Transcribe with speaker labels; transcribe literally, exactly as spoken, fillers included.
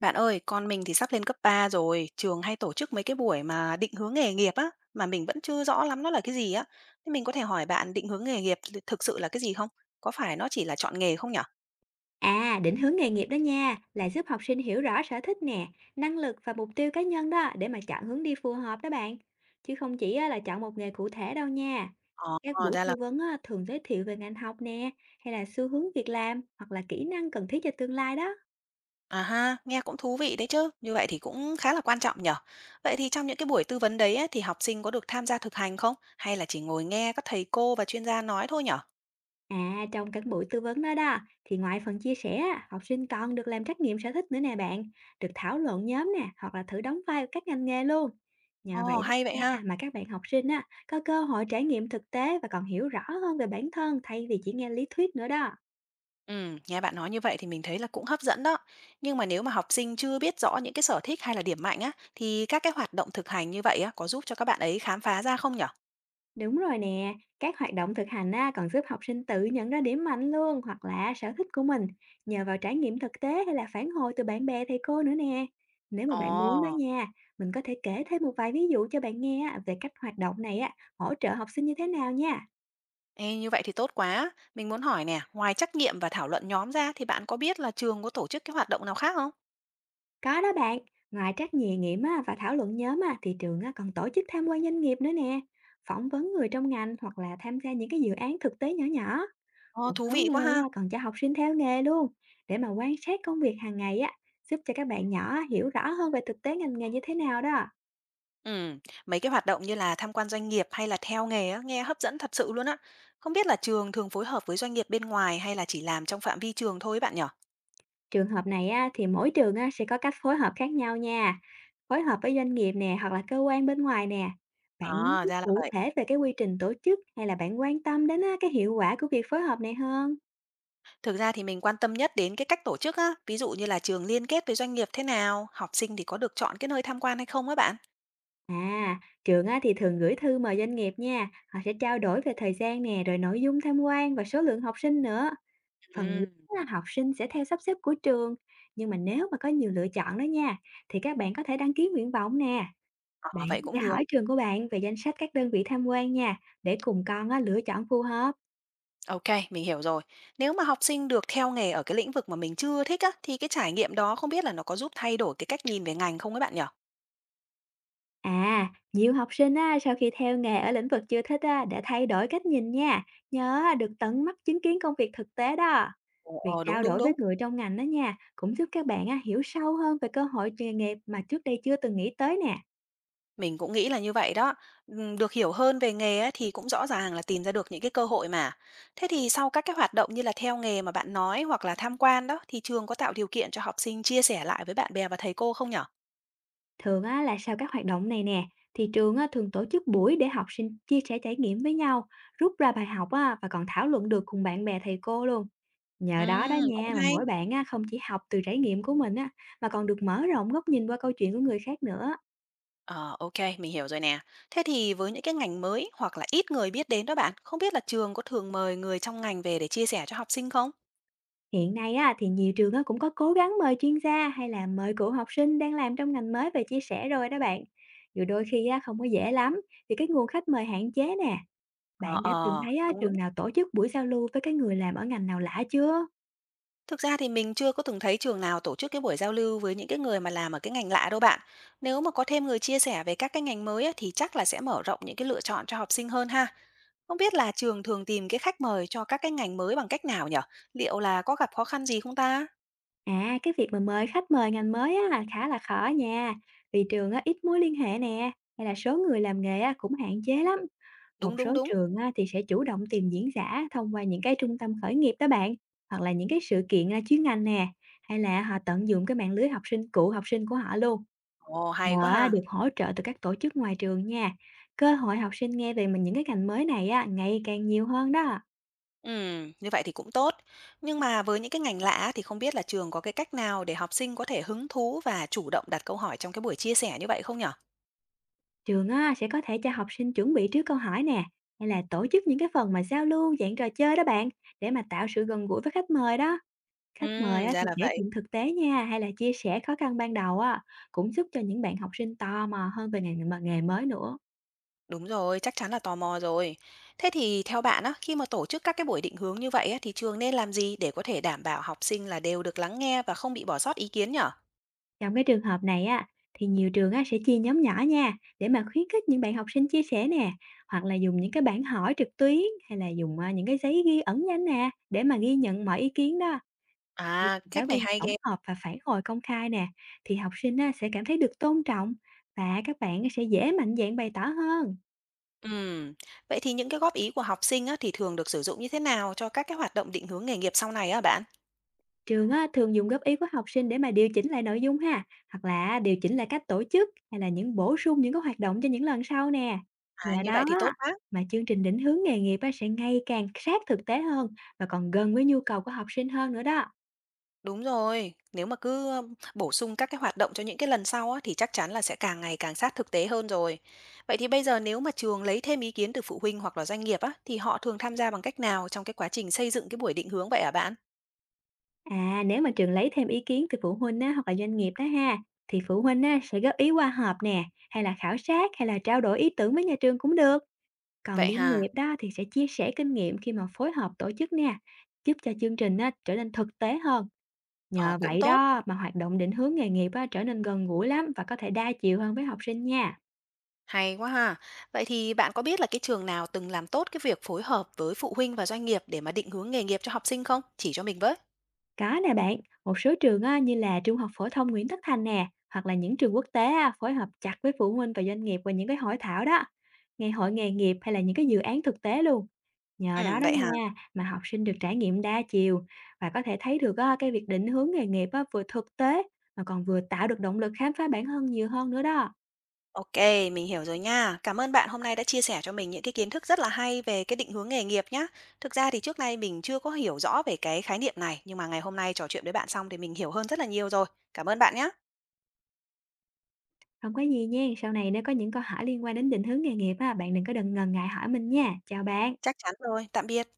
Speaker 1: Bạn ơi, con mình thì sắp lên cấp ba rồi, trường hay tổ chức mấy cái buổi mà định hướng nghề nghiệp á, mà mình vẫn chưa rõ lắm nó là cái gì á. Thế mình có thể hỏi bạn định hướng nghề nghiệp thì thực sự là cái gì không? Có phải nó chỉ là chọn nghề không nhở?
Speaker 2: À, định hướng nghề nghiệp đó nha, là giúp học sinh hiểu rõ sở thích nè, năng lực và mục tiêu cá nhân đó để mà chọn hướng đi phù hợp đó bạn. Chứ không chỉ á, là chọn một nghề cụ thể đâu nha.
Speaker 1: Ờ,
Speaker 2: Các buổi
Speaker 1: ra là,
Speaker 2: tư vấn á, thường giới thiệu về ngành học nè, hay là xu hướng việc làm, hoặc là kỹ năng cần thiết cho tương lai đó.
Speaker 1: à ha, nghe cũng thú vị đấy chứ, như vậy thì cũng khá là quan trọng nhở. Vậy thì trong những cái buổi tư vấn đấy á, thì học sinh có được tham gia thực hành không? Hay là chỉ ngồi nghe các thầy cô và chuyên gia nói thôi nhở?
Speaker 2: À, trong các buổi tư vấn đó đó, thì ngoài phần chia sẻ, á, học sinh còn được làm trắc nghiệm sở thích nữa nè bạn, được thảo luận nhóm nè, hoặc là thử đóng vai các ngành nghề luôn. Nhờ
Speaker 1: Ồ,
Speaker 2: vậy đó
Speaker 1: hay vậy ha.
Speaker 2: nha, mà các bạn học sinh á, có cơ hội trải nghiệm thực tế và còn hiểu rõ hơn về bản thân thay vì chỉ nghe lý thuyết nữa đó.
Speaker 1: Ừ, nghe bạn nói như vậy thì mình thấy là cũng hấp dẫn đó. Nhưng mà nếu mà học sinh chưa biết rõ những cái sở thích hay là điểm mạnh á, thì các cái hoạt động thực hành như vậy á, có giúp cho các bạn ấy khám phá ra không nhở?
Speaker 2: Đúng rồi nè, các hoạt động thực hành á, còn giúp học sinh tự nhận ra điểm mạnh luôn hoặc là sở thích của mình nhờ vào trải nghiệm thực tế hay là phản hồi từ bạn bè thầy cô nữa nè. Nếu mà bạn muốn đó
Speaker 1: Ồ,
Speaker 2: nha, mình có thể kể thêm một vài ví dụ cho bạn nghe á, về cách hoạt động này á, hỗ trợ học sinh như thế nào nha.
Speaker 1: ê, như vậy thì tốt quá. Mình muốn hỏi nè, ngoài trắc nghiệm và thảo luận nhóm ra thì bạn có biết là trường có tổ chức cái hoạt động nào khác không?
Speaker 2: Có đó bạn, ngoài trắc nghiệm nghiệm á, và thảo luận nhóm á, thì trường á, còn tổ chức tham quan doanh nghiệp nữa nè, phỏng vấn người trong ngành hoặc là tham gia những cái dự án thực tế nhỏ nhỏ.
Speaker 1: Ồ,
Speaker 2: Một
Speaker 1: thú
Speaker 2: số
Speaker 1: vị
Speaker 2: nơi
Speaker 1: quá ha.
Speaker 2: á, còn cho học sinh theo nghề luôn để mà quan sát công việc hàng ngày á, giúp cho các bạn nhỏ hiểu rõ hơn về thực tế ngành nghề như thế nào đó.
Speaker 1: Ừ, mấy cái hoạt động như là tham quan doanh nghiệp hay là theo nghề á, nghe hấp dẫn thật sự luôn á. Không biết là trường thường phối hợp với doanh nghiệp bên ngoài hay là chỉ làm trong phạm vi trường thôi ấy bạn nhở?
Speaker 2: Trường hợp này á, thì mỗi trường á, sẽ có cách phối hợp khác nhau nha, phối hợp với doanh nghiệp nè hoặc là cơ quan bên ngoài nè. Bạn muốn
Speaker 1: À,
Speaker 2: biết
Speaker 1: ra là
Speaker 2: cụ
Speaker 1: vậy.
Speaker 2: thể về cái quy trình tổ chức hay là bạn quan tâm đến á, cái hiệu quả của việc phối hợp này hơn?
Speaker 1: Thực ra thì mình quan tâm nhất đến cái cách tổ chức á, ví dụ như là trường liên kết với doanh nghiệp thế nào, học sinh thì có được chọn cái nơi tham quan hay không á bạn?
Speaker 2: À, trường á, thì thường gửi thư mời doanh nghiệp nha, họ sẽ trao đổi về thời gian nè, rồi nội dung tham quan và số lượng học sinh nữa. Phần lớn
Speaker 1: Ừm,
Speaker 2: là học sinh sẽ theo sắp xếp của trường, nhưng mà nếu mà có nhiều lựa chọn đó nha, thì các bạn có thể đăng ký nguyện vọng nè. Bạn
Speaker 1: Ờ, vậy
Speaker 2: có
Speaker 1: cũng
Speaker 2: thể
Speaker 1: được.
Speaker 2: hỏi trường của bạn về danh sách các đơn vị tham quan nha, để cùng con á, lựa chọn phù hợp.
Speaker 1: Ok, mình hiểu rồi. Nếu mà học sinh được theo nghề ở cái lĩnh vực mà mình chưa thích á, thì cái trải nghiệm đó không biết là nó có giúp thay đổi cái cách nhìn về ngành không ấy bạn nhỉ?
Speaker 2: À, nhiều học sinh á, sau khi theo nghề ở lĩnh vực chưa thích á, đã thay đổi cách nhìn nha, nhớ á, được tận mắt chứng kiến công việc thực tế đó.
Speaker 1: Ờ,
Speaker 2: Việc
Speaker 1: ờ, đúng
Speaker 2: trao
Speaker 1: đúng
Speaker 2: đổi với
Speaker 1: đúng.
Speaker 2: người trong ngành đó nha, cũng giúp các bạn á, hiểu sâu hơn về cơ hội nghề nghiệp mà trước đây chưa từng nghĩ tới nè.
Speaker 1: Mình cũng nghĩ là như vậy đó. Ừm, được hiểu hơn về nghề ấy, thì cũng rõ ràng là tìm ra được những cái cơ hội mà. Thế thì sau các cái hoạt động như là theo nghề mà bạn nói hoặc là tham quan đó, thì trường có tạo điều kiện cho học sinh chia sẻ lại với bạn bè và thầy cô không nhở?
Speaker 2: Thường á, là sau các hoạt động này nè, thì trường á, thường tổ chức buổi để học sinh chia sẻ trải nghiệm với nhau, rút ra bài học á, và còn thảo luận được cùng bạn bè thầy cô luôn. Nhờ đó đó
Speaker 1: Ừm,
Speaker 2: nha
Speaker 1: cũng
Speaker 2: mà
Speaker 1: hay.
Speaker 2: mỗi bạn á, không chỉ học từ trải nghiệm của mình á, mà còn được mở rộng góc nhìn qua câu chuyện của người khác nữa.
Speaker 1: Ờ, ok, mình hiểu rồi nè. Thế thì với những cái ngành mới hoặc là ít người biết đến đó bạn, không biết là trường có thường mời người trong ngành về để chia sẻ cho học sinh không?
Speaker 2: Hiện nay á, thì nhiều trường á, cũng có cố gắng mời chuyên gia hay là mời cựu học sinh đang làm trong ngành mới về chia sẻ rồi đó bạn. Dù đôi khi á, không có dễ lắm vì cái nguồn khách mời hạn chế nè.
Speaker 1: Ờ,
Speaker 2: Bạn đã từng
Speaker 1: ờ,
Speaker 2: thấy á,
Speaker 1: đúng
Speaker 2: trường
Speaker 1: đúng.
Speaker 2: nào tổ chức buổi giao lưu với cái người làm ở ngành nào lạ chưa?
Speaker 1: Thực ra thì mình chưa có từng thấy trường nào tổ chức cái buổi giao lưu với những cái người mà làm ở cái ngành lạ đâu bạn. Nếu mà có thêm người chia sẻ về các cái ngành mới á, thì chắc là sẽ mở rộng những cái lựa chọn cho học sinh hơn ha. Không biết là trường thường tìm cái khách mời cho các cái ngành mới bằng cách nào nhở? Liệu là có gặp khó khăn gì không ta?
Speaker 2: À, cái việc mà mời khách mời ngành mới á, là khá là khó nha, vì trường á, ít mối liên hệ nè, hay là số người làm nghề á, cũng hạn chế lắm. Một
Speaker 1: Đúng đúng
Speaker 2: số
Speaker 1: đúng.
Speaker 2: trường á, thì sẽ chủ động tìm diễn giả thông qua những cái trung tâm khởi nghiệp đó bạn, hoặc là những cái sự kiện à, chuyên ngành nè, hay là họ tận dụng cái mạng lưới học sinh cũ học sinh của họ luôn,
Speaker 1: Ồ hay quá
Speaker 2: nhờ á, được
Speaker 1: ha.
Speaker 2: hỗ trợ từ các tổ chức ngoài trường nha. Cơ hội học sinh nghe về mình những cái ngành mới này á, ngày càng nhiều hơn đó.
Speaker 1: Ừ, như vậy thì cũng tốt. Nhưng mà với những cái ngành lạ thì không biết là trường có cái cách nào để học sinh có thể hứng thú và chủ động đặt câu hỏi trong cái buổi chia sẻ như vậy không nhở?
Speaker 2: Trường á, sẽ có thể cho học sinh chuẩn bị trước câu hỏi nè, hay là tổ chức những cái phần mà giao lưu dạng trò chơi đó bạn, để mà tạo sự gần gũi với khách mời đó.
Speaker 1: Ừ,
Speaker 2: Khách mời á,
Speaker 1: ra
Speaker 2: thì
Speaker 1: là
Speaker 2: kể
Speaker 1: vậy.
Speaker 2: chuyện thực tế nha, hay là chia sẻ khó khăn ban đầu á, cũng giúp cho những bạn học sinh tò mò hơn về ngành mà nghề mới nữa.
Speaker 1: Đúng rồi, chắc chắn là tò mò rồi. Thế thì theo bạn á, khi mà tổ chức các cái buổi định hướng như vậy á, thì trường nên làm gì để có thể đảm bảo học sinh là đều được lắng nghe và không bị bỏ sót ý kiến nhở?
Speaker 2: Trong cái trường hợp này á, thì nhiều trường á, sẽ chia nhóm nhỏ nha, để mà khuyến khích những bạn học sinh chia sẻ nè, hoặc là dùng những cái bảng hỏi trực tuyến, hay là dùng à, những cái giấy ghi ẩn danh nè, để mà ghi nhận mọi ý kiến đó. Ừm,
Speaker 1: À,
Speaker 2: giáo
Speaker 1: cách này
Speaker 2: viên
Speaker 1: hay
Speaker 2: tổng
Speaker 1: ghê.
Speaker 2: hợp và phản hồi công khai nè, thì học sinh á, sẽ cảm thấy được tôn trọng và các bạn sẽ dễ mạnh dạn bày tỏ hơn.
Speaker 1: Ừm, Vậy thì những cái góp ý của học sinh á, thì thường được sử dụng như thế nào cho các cái hoạt động định hướng nghề nghiệp sau này á bạn?
Speaker 2: Trường á, thường dùng góp ý của học sinh để mà điều chỉnh lại nội dung ha, hoặc là điều chỉnh lại cách tổ chức hay là những bổ sung những cái hoạt động cho những lần sau nè.
Speaker 1: À,
Speaker 2: Nhờ
Speaker 1: như
Speaker 2: đó
Speaker 1: vậy thì
Speaker 2: á,
Speaker 1: tốt quá.
Speaker 2: mà chương trình định hướng nghề nghiệp á, sẽ ngày càng sát thực tế hơn và còn gần với nhu cầu của học sinh hơn nữa đó.
Speaker 1: Đúng rồi, nếu mà cứ, ơ, bổ sung các cái hoạt động cho những cái lần sau á, thì chắc chắn là sẽ càng ngày càng sát thực tế hơn rồi. Vậy thì bây giờ nếu mà trường lấy thêm ý kiến từ phụ huynh hoặc là doanh nghiệp á, thì họ thường tham gia bằng cách nào trong cái quá trình xây dựng cái buổi định hướng vậy hả bạn?
Speaker 2: À, nếu mà trường lấy thêm ý kiến từ phụ huynh á, hoặc là doanh nghiệp đó ha, thì phụ huynh á, sẽ góp ý qua họp nè, hay là khảo sát, hay là trao đổi ý tưởng với nhà trường cũng được. Còn
Speaker 1: Vậy
Speaker 2: doanh
Speaker 1: ha,
Speaker 2: nghiệp đó thì sẽ chia sẻ kinh nghiệm khi mà phối hợp tổ chức nè, giúp cho chương trình á, trở nên thực tế hơn.
Speaker 1: ờ,
Speaker 2: Nhờ
Speaker 1: cũng
Speaker 2: vậy
Speaker 1: tốt,
Speaker 2: đó mà hoạt động định hướng nghề nghiệp á, trở nên gần gũi lắm và có thể đa chiều hơn với học sinh nha.
Speaker 1: hay quá ha. Vậy thì bạn có biết là cái trường nào từng làm tốt cái việc phối hợp với phụ huynh và doanh nghiệp để mà định hướng nghề nghiệp cho học sinh không? Chỉ cho mình với.
Speaker 2: Có nè bạn, một số trường á, như là Trung học phổ thông Nguyễn Tất Thành nè, hoặc là những trường quốc tế á, phối hợp chặt với phụ huynh và doanh nghiệp về những cái hội thảo đó, ngày hội nghề nghiệp hay là những cái dự án thực tế luôn. Nhờ đó
Speaker 1: Ừm,
Speaker 2: đó
Speaker 1: vậy hả?
Speaker 2: nha, mà học sinh được trải nghiệm đa chiều và có thể thấy được á, cái việc định hướng nghề nghiệp á, vừa thực tế mà còn vừa tạo được động lực khám phá bản thân nhiều hơn nữa đó.
Speaker 1: OK, mình hiểu rồi nha. Cảm ơn bạn hôm nay đã chia sẻ cho mình những cái kiến thức rất là hay về cái định hướng nghề nghiệp nhá. Thực ra thì trước nay mình chưa có hiểu rõ về cái khái niệm này, nhưng mà ngày hôm nay trò chuyện với bạn xong thì mình hiểu hơn rất là nhiều rồi. Cảm ơn bạn nhé.
Speaker 2: Không có gì nha, sau này nếu có những câu hỏi liên quan đến định hướng nghề nghiệp á, bạn đừng có đừng ngần ngại hỏi mình nha. Chào bạn.
Speaker 1: Chắc chắn rồi, tạm biệt.